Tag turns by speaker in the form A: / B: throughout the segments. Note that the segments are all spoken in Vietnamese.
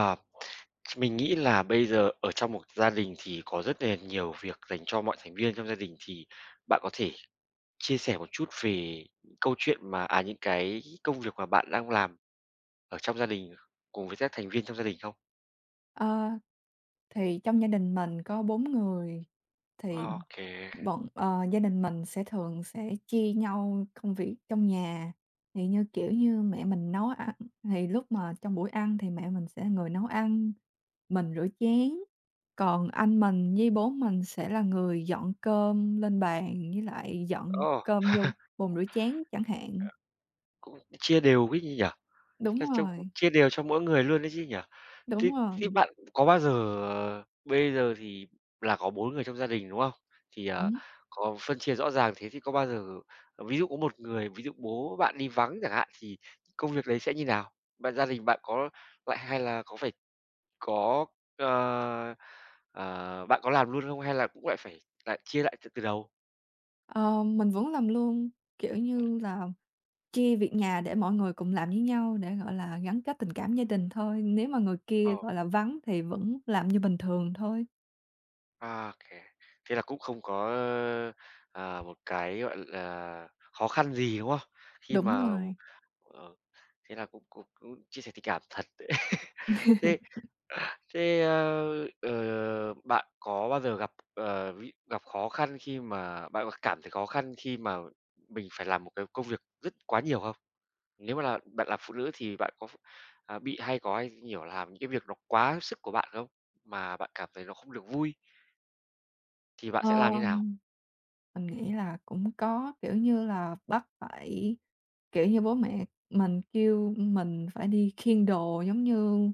A: Ờ, mình nghĩ là bây giờ ở trong một gia đình thì có rất là nhiều việc dành cho mọi thành viên trong gia đình, thì bạn có thể chia sẻ một chút về những câu chuyện những cái công việc mà bạn đang làm ở trong gia đình cùng với các thành viên trong gia đình không?
B: Ờ, thì trong gia đình mình có 4 người thì
A: OK, kê.
B: gia đình mình thường sẽ chia nhau công việc trong nhà. Thì kiểu như, mẹ mình nấu ăn thì lúc mà trong buổi ăn thì mẹ mình sẽ là người nấu ăn, mình rửa chén, còn anh mình với bố mình sẽ là người dọn cơm lên bàn với lại dọn
A: Ồ,
B: cơm vô bồn rửa chén chẳng hạn.
A: cũng chia đều ấy nhỉ? Là
B: Đúng
A: trông cũng
B: rồi,
A: chia đều cho mỗi người luôn đấy chứ nhỉ? Thế
B: đúng rồi,
A: thế bạn có bao giờ, bây giờ thì là có 4 người trong gia đình, đúng không? Thì,
B: đúng.
A: có phân chia rõ ràng thế thì có bao giờ ví dụ có một người, ví dụ bố bạn đi vắng chẳng hạn thì công việc đấy sẽ như nào? Gia đình bạn có lại hay là có phải có, ờ, bạn có làm luôn không hay là cũng lại phải chia lại từ từ đầu?
B: Ờ, mình vẫn làm luôn, kiểu
A: Ừm,
B: như là chia việc nhà để mọi người cùng làm với nhau để, gọi là, gắn kết tình cảm gia đình thôi, nếu mà người kia,
A: ờ.
B: gọi là, vắng thì vẫn làm như bình thường thôi.
A: À, kê. Thế là cũng không có, một cái, gọi là, khó khăn gì, đúng không? Khi
B: Đúng
A: mà
B: rồi.
A: ờ, thế là cũng cũng cũng chia sẻ tình cảm thật đấy. Thế thế, bạn có bao giờ gặp, ví gặp khó khăn khi mà bạn có cảm thấy khó khăn khi mà mình phải làm một cái công việc rất quá nhiều không? Nếu mà là bạn là phụ nữ thì bạn có bị hay có hay, nhiều làm những cái việc nó quá sức của bạn không? Mà bạn cảm thấy nó không được vui thì bạn sẽ
B: Ờ.
A: làm như nào?
B: Mình nghĩ là cũng có, kiểu như là, bắt phải kiểu như, bố mẹ mình kêu mình phải đi khiêng đồ, giống như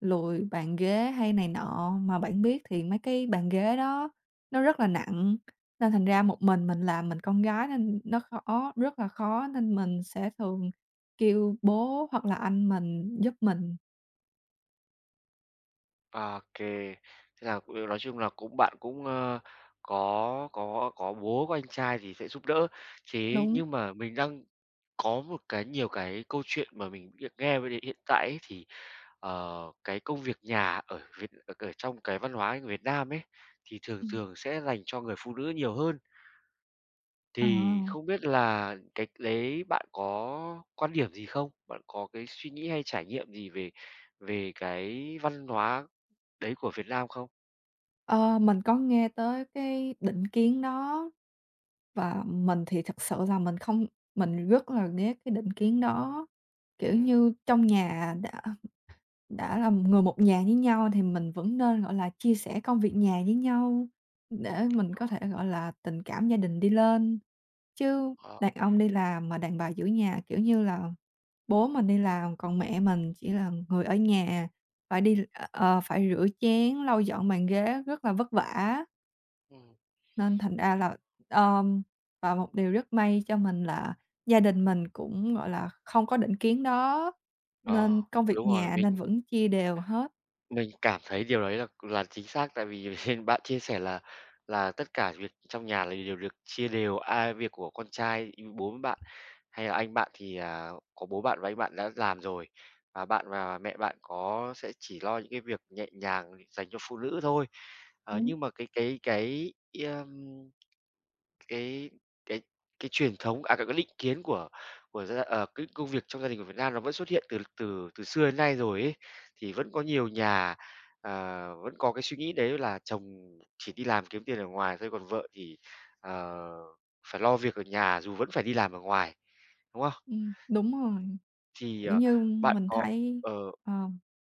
B: lùi bàn ghế hay này nọ, mà bạn biết thì mấy cái bàn ghế đó nó rất là nặng, nên thành ra
A: Ừm.
B: một mình làm, mình con gái nên nó khó rất là khó, nên mình sẽ thường kêu bố hoặc là anh mình giúp mình.
A: À, OK. Thế là cũng nói chung là cũng bạn cũng, có bố, có anh trai thì sẽ giúp đỡ. Thế
B: Đúng,
A: nhưng mà mình đang có một cái nhiều cái câu chuyện mà mình được nghe về hiện tại ấy, thì, cái công việc nhà ở ở ở trong cái văn hóa người Việt Nam ấy, thì thường
B: ừm,
A: thường sẽ dành cho người phụ nữ nhiều hơn.
B: ờ,
A: Thì không biết là cái đấy bạn có quan điểm gì không? Bạn có cái suy nghĩ hay trải nghiệm gì về về cái văn hóa đấy của Việt Nam không?
B: ờ, mình có nghe tới cái định kiến đó. Và mình thì thật sự là mình không mình rất là ghét cái định kiến đó, kiểu
A: Ừm,
B: như, trong nhà đã là người một nhà với nhau thì mình vẫn nên, gọi là, chia sẻ công việc nhà với nhau để
A: đúng
B: mình
A: rồi.
B: có thể, gọi là, tình cảm gia đình đi lên. Chứ
A: Ờ,
B: đàn ông đi làm mà đàn bà giữ nhà, kiểu như là, bố mình đi làm còn mẹ mình chỉ là người ở nhà, phải đi, ờ, ờ, phải rửa chén, lau dọn bàn ghế rất là vất vả.
A: ừm,
B: Nên thành ra là, ờm, và một điều rất may cho mình là gia đình mình cũng, gọi là, không có định kiến đó,
A: ờ,
B: nên công việc
A: đúng rồi,
B: nhà
A: mình
B: vẫn chia đều hết.
A: mình cảm thấy điều đấy là chính xác, tại vì bạn chia sẻ là tất cả việc trong nhà là đều được chia đều, ai việc của con trai, bố với bạn hay là anh bạn thì, có bố bạn và anh bạn đã làm rồi, và bạn và mẹ bạn có sẽ chỉ lo những cái việc nhẹ nhàng dành cho phụ nữ thôi. Ờ,
B: Đúng,
A: nhưng mà Cái cái cái truyền thống, cái định kiến của cái công việc trong gia đình của Việt Nam nó vẫn xuất hiện từ từ từ xưa đến nay rồi ấy. Thì vẫn có nhiều nhà, ờ, vẫn có cái suy nghĩ đấy là chồng chỉ đi làm kiếm tiền ở ngoài thôi, còn vợ thì, ờ, phải lo việc ở nhà dù vẫn phải đi làm ở ngoài, đúng không?
B: đúng rồi,
A: Thì,
B: kiểu như,
A: bạn
B: mình
A: có
B: thấy
A: ờ,
B: ờ,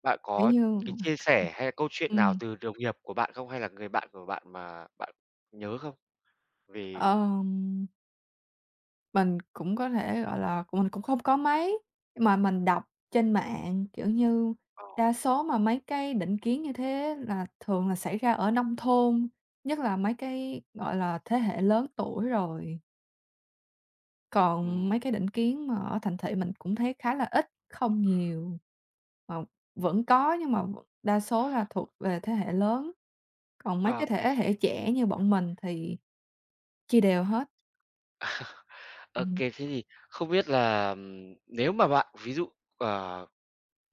A: bạn
B: kiểu
A: có
B: như
A: những cái chia sẻ hay là câu chuyện nào
B: ừm,
A: từ đồng nghiệp của bạn không? Hay là người bạn của bạn mà bạn nhớ không? vì
B: ờm mình cũng có thể, gọi là, mình cũng không có mấy nhưng mà mình đọc trên mạng, kiểu như,
A: ờ,
B: đa số mà mấy cái định kiến như thế là thường là xảy ra ở nông thôn, nhất là mấy cái, gọi là, thế hệ lớn tuổi rồi. Còn mấy
A: ừm.
B: cái định kiến mà ở thành thị mình cũng thấy khá là ít, không nhiều, mà vẫn có nhưng mà đa số là thuộc về thế hệ lớn, còn mấy cái thế
A: OK.
B: hệ trẻ như bọn mình thì chia đều hết.
A: OK, thế thì không biết là, nếu mà bạn ví dụ, ờ,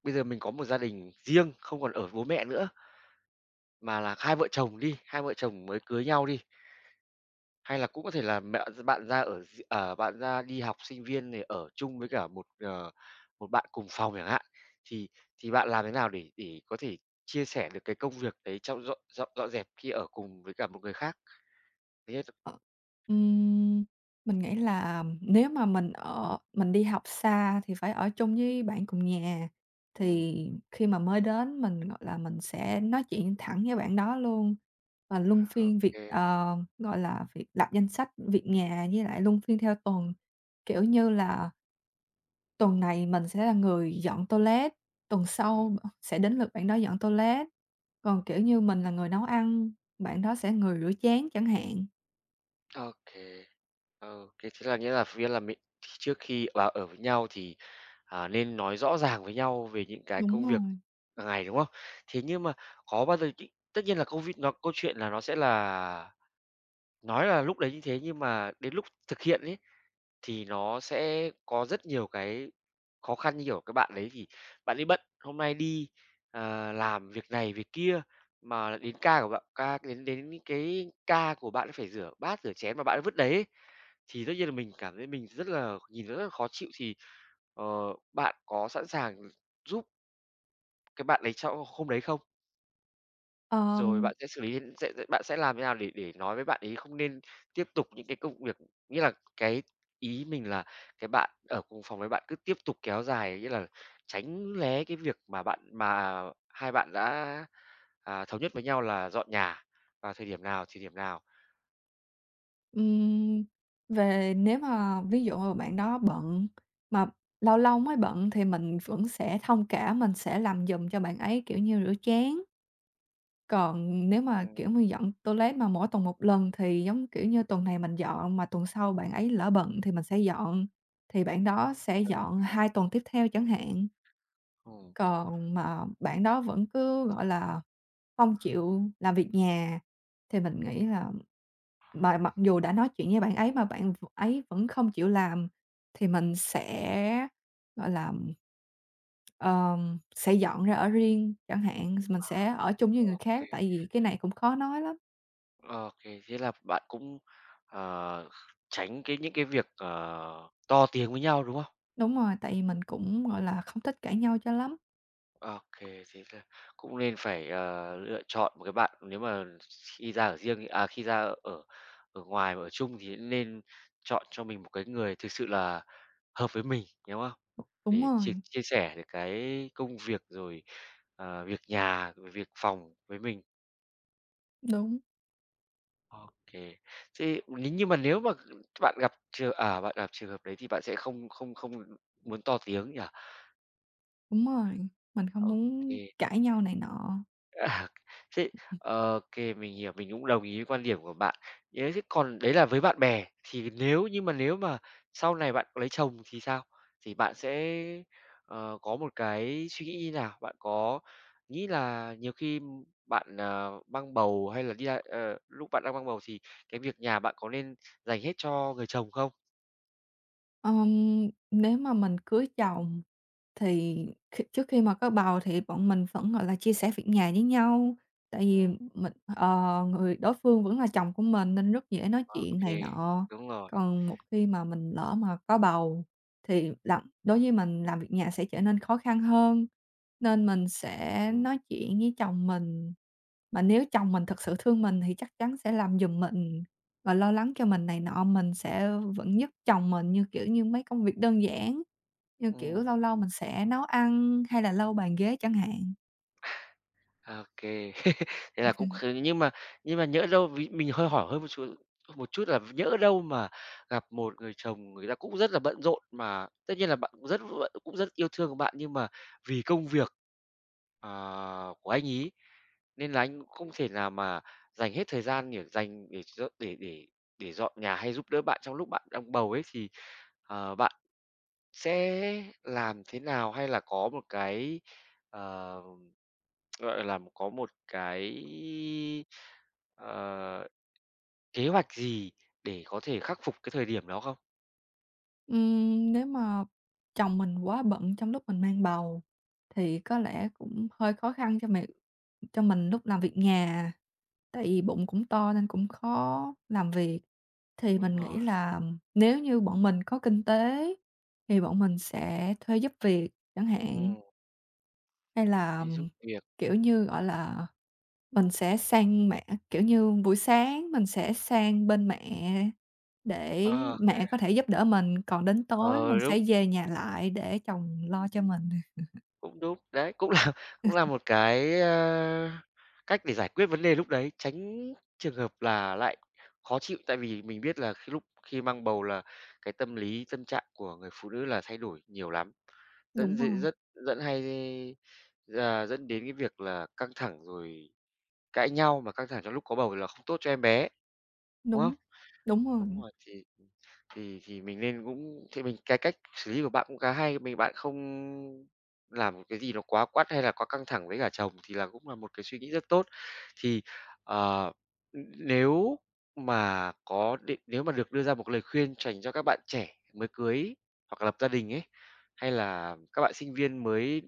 A: bây giờ mình có một gia đình riêng, không còn ở với bố mẹ nữa, mà là hai vợ chồng đi, hai vợ chồng mới cưới nhau đi, hay là cũng có thể là mẹ bạn ra ở d ờ, bạn ra đi học sinh viên này ở chung với cả một, một bạn cùng phòng chẳng hạn, thì thì bạn làm thế nào để có thể chia sẻ được cái công việc đấy trong dọn dọn dọn dẹp khi ở cùng với cả một người khác? Thứ nhất
B: Ờ, ừm, mình nghĩ là nếu mà mình đi học xa thì phải ở chung với bạn cùng nhà,
A: ừm,
B: thì khi mà mới đến mình, gọi là, mình sẽ nói chuyện thẳng với bạn đó luôn và luân phiên việc,
A: OK,
B: gọi là, việc lập danh sách việc nhà với lại luân phiên theo tuần. Kiểu như là, tuần này mình sẽ là người dọn toilet, tuần sau sẽ đến lượt bạn đó dọn toilet, còn, kiểu như, mình là người nấu ăn, bạn đó sẽ người rửa chén chẳng hạn.
A: OK. Ờ, cái thế là nghĩa là nghĩa là mình thì trước khi vào ở với nhau thì, nên nói rõ ràng với nhau về những cái
B: Đúng
A: công việc
B: rồi.
A: hàng ngày, đúng không? Thế nhưng mà có bao giờ cái tất nhiên là câu vi nó câu chuyện là nó sẽ là nói là lúc đấy như thế nhưng mà đến lúc thực hiện ấy, thì nó sẽ có rất nhiều cái khó khăn, như kiểu, các bạn đấy thì bạn ấy bận, hôm nay đi, làm việc này việc kia, mà đến ca của bạn ca đến đến cái ca của bạn ấy phải rửa bát, rửa chén mà bạn ấy vứt đấy ấy, thì tất nhiên là mình cảm thấy mình rất là nhìn nó rất là khó chịu, thì, ờ, bạn có sẵn sàng giúp cái bạn đấy trong hôm đấy không? Rồi
B: Ờm,
A: bạn sẽ xử lý thế- sẽ bạn sẽ làm thế nào để nói với bạn ấy không nên tiếp tục những cái công việc nghĩa là cái ý mình là cái bạn ở cùng phòng với bạn cứ tiếp tục kéo dài, nghĩa là tránh lé cái việc mà hai bạn đã, thống nhất với nhau là dọn nhà vào thời điểm nào, thời điểm nào.
B: ừm, về nếu mà ví dụ mà bạn đó bận, mà lâu lâu mới bận thì mình vẫn sẽ thông cảm, mình sẽ làm giùm cho bạn ấy, kiểu như, rửa chén. Còn nếu mà,
A: Ừm,
B: kiểu như, dọn toilet mà mỗi tuần một lần thì, giống kiểu như, tuần này mình dọn mà tuần sau bạn ấy lỡ bận thì mình sẽ dọn, thì bạn đó sẽ dọn 2 tuần tiếp theo chẳng hạn.
A: Ừm.
B: Còn mà bạn đó vẫn cứ, gọi là, không chịu làm việc nhà thì mình nghĩ là mà mặc dù đã nói chuyện với bạn ấy mà bạn ấy vẫn không chịu làm thì mình sẽ, gọi là, sẽ dọn ra ở riêng chẳng hạn, mình sẽ ở chung với người
A: Wow,
B: khác,
A: OK.
B: tại vì cái này cũng khó nói lắm.
A: Ờ, OK, thế là bạn cũng, ờ, tránh cái những cái việc, to tiếng với nhau, đúng không?
B: Đúng rồi, tại vì mình cũng, gọi là, không thích cãi nhau cho lắm.
A: Ờ, OK, thế là cũng nên phải, lựa chọn một cái bạn nếu mà khi ra ở riêng khi ra ở ở ngoài mà ở chung thì nên chọn cho mình một cái người thực sự là hợp với mình, đúng không?
B: Đúng
A: Để
B: rồi,
A: chia chia sẻ được cái công việc rồi, việc nhà, rồi việc phòng với mình.
B: đúng,
A: OK. Thế nếu như mà nếu mà bạn gặp bạn gặp trường hợp đấy thì bạn sẽ không không không muốn to tiếng nhỉ?
B: đúng rồi, mình không muốn
A: OK.
B: cãi nhau này nọ.
A: À, thế ô kê, mình hiểu, mình cũng đồng ý với quan điểm của bạn. Thế chứ còn đấy là với bạn bè, thì nhưng mà nếu mà sau này bạn lấy chồng thì sao? Thì bạn sẽ, có một cái suy nghĩ như nào? Bạn có nghĩ là nhiều khi bạn, mang bầu hay là lúc bạn đang mang bầu thì cái việc nhà bạn có nên dành hết cho người chồng không?
B: Ờm, nếu mà mình cưới chồng thì trước khi mà có bầu thì bọn mình vẫn, gọi là, chia sẻ việc nhà với nhau, tại vì
A: Ừm,
B: người đối phương vẫn là chồng của mình nên rất dễ nói
A: ô
B: chuyện này nọ.
A: đúng rồi,
B: Còn một khi mà mình lỡ mà có bầu thì đối với mình làm việc nhà sẽ trở nên khó khăn hơn, nên mình
A: Ừ.
B: sẽ nói chuyện với chồng mình, mà nếu chồng mình thực sự thương mình thì chắc chắn sẽ làm giùm mình. Và lo lắng cho mình này nọ, mình sẽ vẫn giúp chồng mình kiểu như, mấy công việc đơn giản, như kiểu
A: ừm.
B: lâu lâu mình sẽ nấu ăn hay là lau bàn ghế chẳng hạn.
A: À, OK, Thế là cũng kh nhưng mà nhỡ đâu ví mình hơi hỏi hơi một chút là nhỡ đâu mà gặp một người chồng người ta cũng rất là bận rộn, mà tất nhiên là bạn cũng rất yêu thương bạn nhưng mà vì công việc, của anh ấy nên là anh cũng không thể nào mà dành hết thời gian để cho để dọn nhà hay giúp đỡ bạn trong lúc bạn đang bầu ấy, thì, bạn sẽ làm thế nào? Hay là có một cái, ờ, gọi là, có một cái, ờ, kế hoạch gì để có thể khắc phục cái thời điểm đó không?
B: Nếu mà chồng mình quá bận trong lúc mình mang bầu thì có lẽ cũng hơi khó khăn cho mình lúc làm việc nhà, tại vì bụng cũng to nên cũng khó làm việc. Thì mình
A: Đúng
B: nghĩ
A: rồi,
B: là nếu như bọn mình có kinh tế thì bọn mình sẽ thuê giúp việc chẳng hạn,
A: ừm,
B: hay là,
A: cái giúp việc.
B: kiểu như, gọi là Mình sẽ sang mẹ kiểu như, buổi sáng mình sẽ sang bên mẹ để
A: Ờ, À.
B: mẹ có thể giúp đỡ mình, còn đến tối
A: ờ,
B: mình sẽ
A: đúng.
B: về nhà lại để chồng lo cho mình.
A: Cũng đúng, đấy, cũng là cũng là một cái, cách để giải quyết vấn đề lúc đấy, tránh trường hợp là lại khó chịu. Tại vì mình biết là lúc khi mang bầu là cái tâm lý, tâm trạng của người phụ nữ là thay đổi nhiều lắm, dẫn
B: Đúng
A: dễ
B: rồi,
A: rất dẫn hay, à, dẫn đến cái việc là căng thẳng rồi cãi nhau, mà căng thẳng trong lúc có bầu là không tốt cho em bé, đúng không?
B: đúng, đúng
A: Đúng
B: rồi.
A: rồi, thì ừ, thì mình nên cũng thì mình cái cách xử lý của bạn cũng khá hay, bạn không làm một cái gì nó quá quắt hay là quá căng thẳng với cả chồng thì là cũng là một cái suy nghĩ rất tốt. Thì, ờ, nếu mà có định nếu mà được đưa ra một cái lời khuyên dành cho các bạn trẻ mới cưới hoặc là lập gia đình ấy, hay là các bạn sinh viên mới,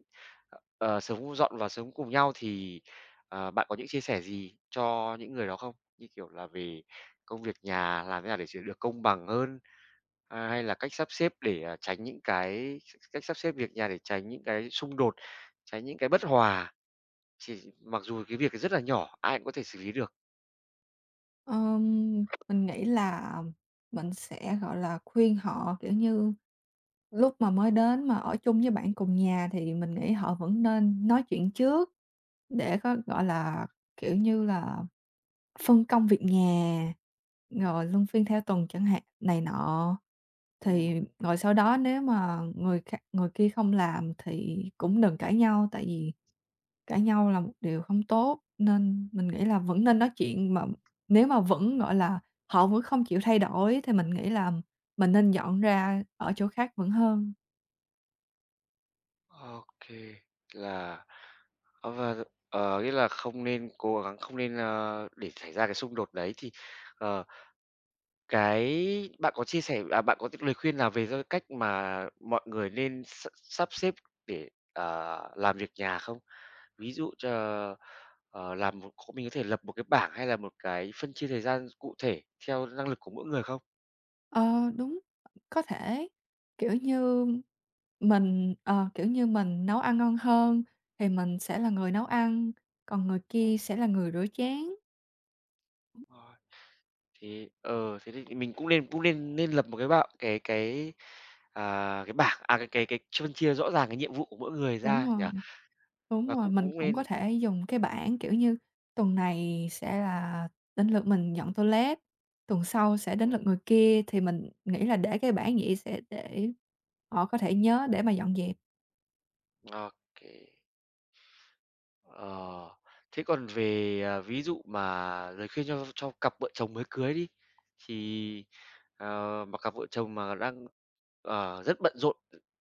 A: sống dọn vào sống cùng nhau thì, bạn có những chia sẻ gì cho những người đó không? Như kiểu là về công việc nhà làm thế nào để ch được công bằng hơn, hay là cách sắp xếp để, tránh những cái cách sắp xếp việc nhà để tránh những cái xung đột, tránh những cái bất hòa. Chỉ mặc dù cái việc rất là nhỏ, ai cũng có thể xử lý được.
B: Mình nghĩ là mình sẽ, gọi là, khuyên họ, kiểu như lúc mà mới đến mà ở chung với bạn cùng nhà thì mình nghĩ họ vẫn nên nói chuyện trước để có, gọi là, kiểu như là, phân công việc nhà, rồi luân phiên theo tuần chẳng hạn này nọ.
A: Ừm.
B: Thì rồi sau đó nếu mà người kia không làm thì cũng đừng cãi nhau, tại vì cãi nhau là một điều không tốt, nên mình nghĩ là vẫn nên nói chuyện. Mà nếu mà vẫn, gọi là, họ vẫn không chịu thay đổi thì mình nghĩ là mình nên dọn ra ở chỗ khác vẫn hơn.
A: Ô là Ờ, và nghĩa là không nên cố gắng không nên, để xảy ra cái xung đột đấy thì, ờ, cái bạn có chia sẻ bạn có cái lời khuyên nào về cái cách mà mọi người nên sắp xếp để, làm việc nhà không? Ví dụ cho, ờ, làm một mình có thể lập một cái bảng hay là một cái phân chia thời gian cụ thể theo năng lực của mỗi người không?
B: Ờ, đúng, có thể, kiểu như, kiểu như, mình nấu ăn ngon hơn thì mình sẽ là người nấu ăn, còn người kia sẽ là người rửa chén.
A: Ừm. Thế thế thì mình cũng nên nên lập một cái bảng cái, cái bảng cái phân chia rõ ràng cái nhiệm vụ của mỗi người
B: Đúng
A: ra nhỉ?
B: rồi,
A: Và
B: đúng rồi,
A: cũng
B: mình
A: cũng
B: cũng có
A: nên
B: thể dùng cái bảng, kiểu như, tuần này sẽ là đến lượt mình dọn toilet, tuần sau sẽ đến lượt
A: ừm,
B: người kia thì mình nghĩ là để cái bảng vậy sẽ để họ có thể nhớ để mà dọn dẹp.
A: ô Ờ, thế còn về, ví dụ mà lời khuyên cho cặp vợ chồng mới cưới đi, thì, mà cặp vợ chồng mà đang, rất bận rộn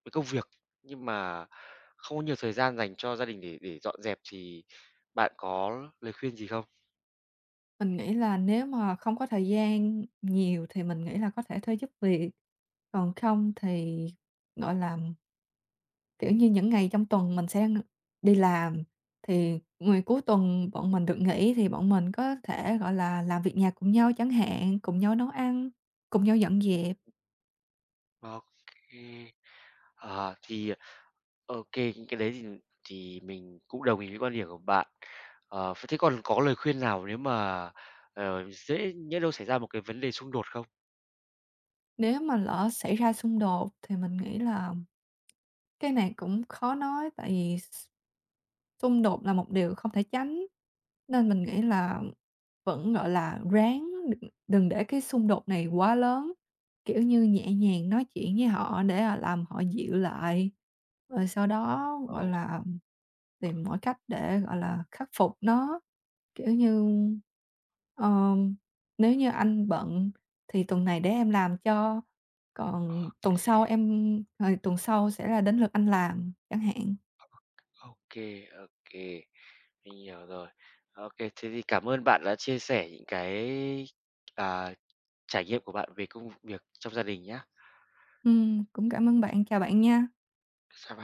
A: với công việc, nhưng mà không có nhiều thời gian dành cho gia đình để dọn dẹp thì bạn có lời khuyên gì không?
B: Mình nghĩ là nếu mà không có thời gian nhiều thì mình nghĩ là có thể thuê giúp việc, còn không thì, gọi là, kiểu như, những ngày trong tuần mình sẽ đi làm, thì ngày cuối tuần bọn mình được nghỉ thì bọn mình có thể, gọi là, làm việc nhà cùng nhau chẳng hạn, cùng nhau nấu ăn, cùng nhau dọn dẹp.
A: OK. kê. Ờ, thì ờ, OK những cái đấy thì mình cũng đồng ý với quan điểm của bạn. Ờ, vậy thế còn có lời khuyên nào nếu mà, dễ nhỡ đâu xảy ra một cái vấn đề xung đột không?
B: Nếu mà lỡ xảy ra xung đột thì mình nghĩ là cái này cũng khó nói tại vì xung đột là một điều không thể tránh, nên mình nghĩ
A: Ừm.
B: là vẫn, gọi là, ráng đừng đừng để cái xung đột này quá lớn, kiểu như, nhẹ nhàng nói chuyện với họ để, làm họ dịu lại, rồi sau đó,
A: Ờ,
B: gọi là, tìm mọi cách để, gọi là, khắc phục nó. Kiểu như, ờm, "Nếu như anh bận thì tuần này để em làm cho, còn tuần sau sẽ là đến lượt anh làm", chẳng hạn.
A: ô kê, mình hiểu rồi. OK thế thì cảm ơn bạn đã chia sẻ những cái, à, trải nghiệm của bạn về công việc trong gia đình nhá.
B: Cũng cảm ơn bạn. Chào bạn nha.
A: Chào bạn.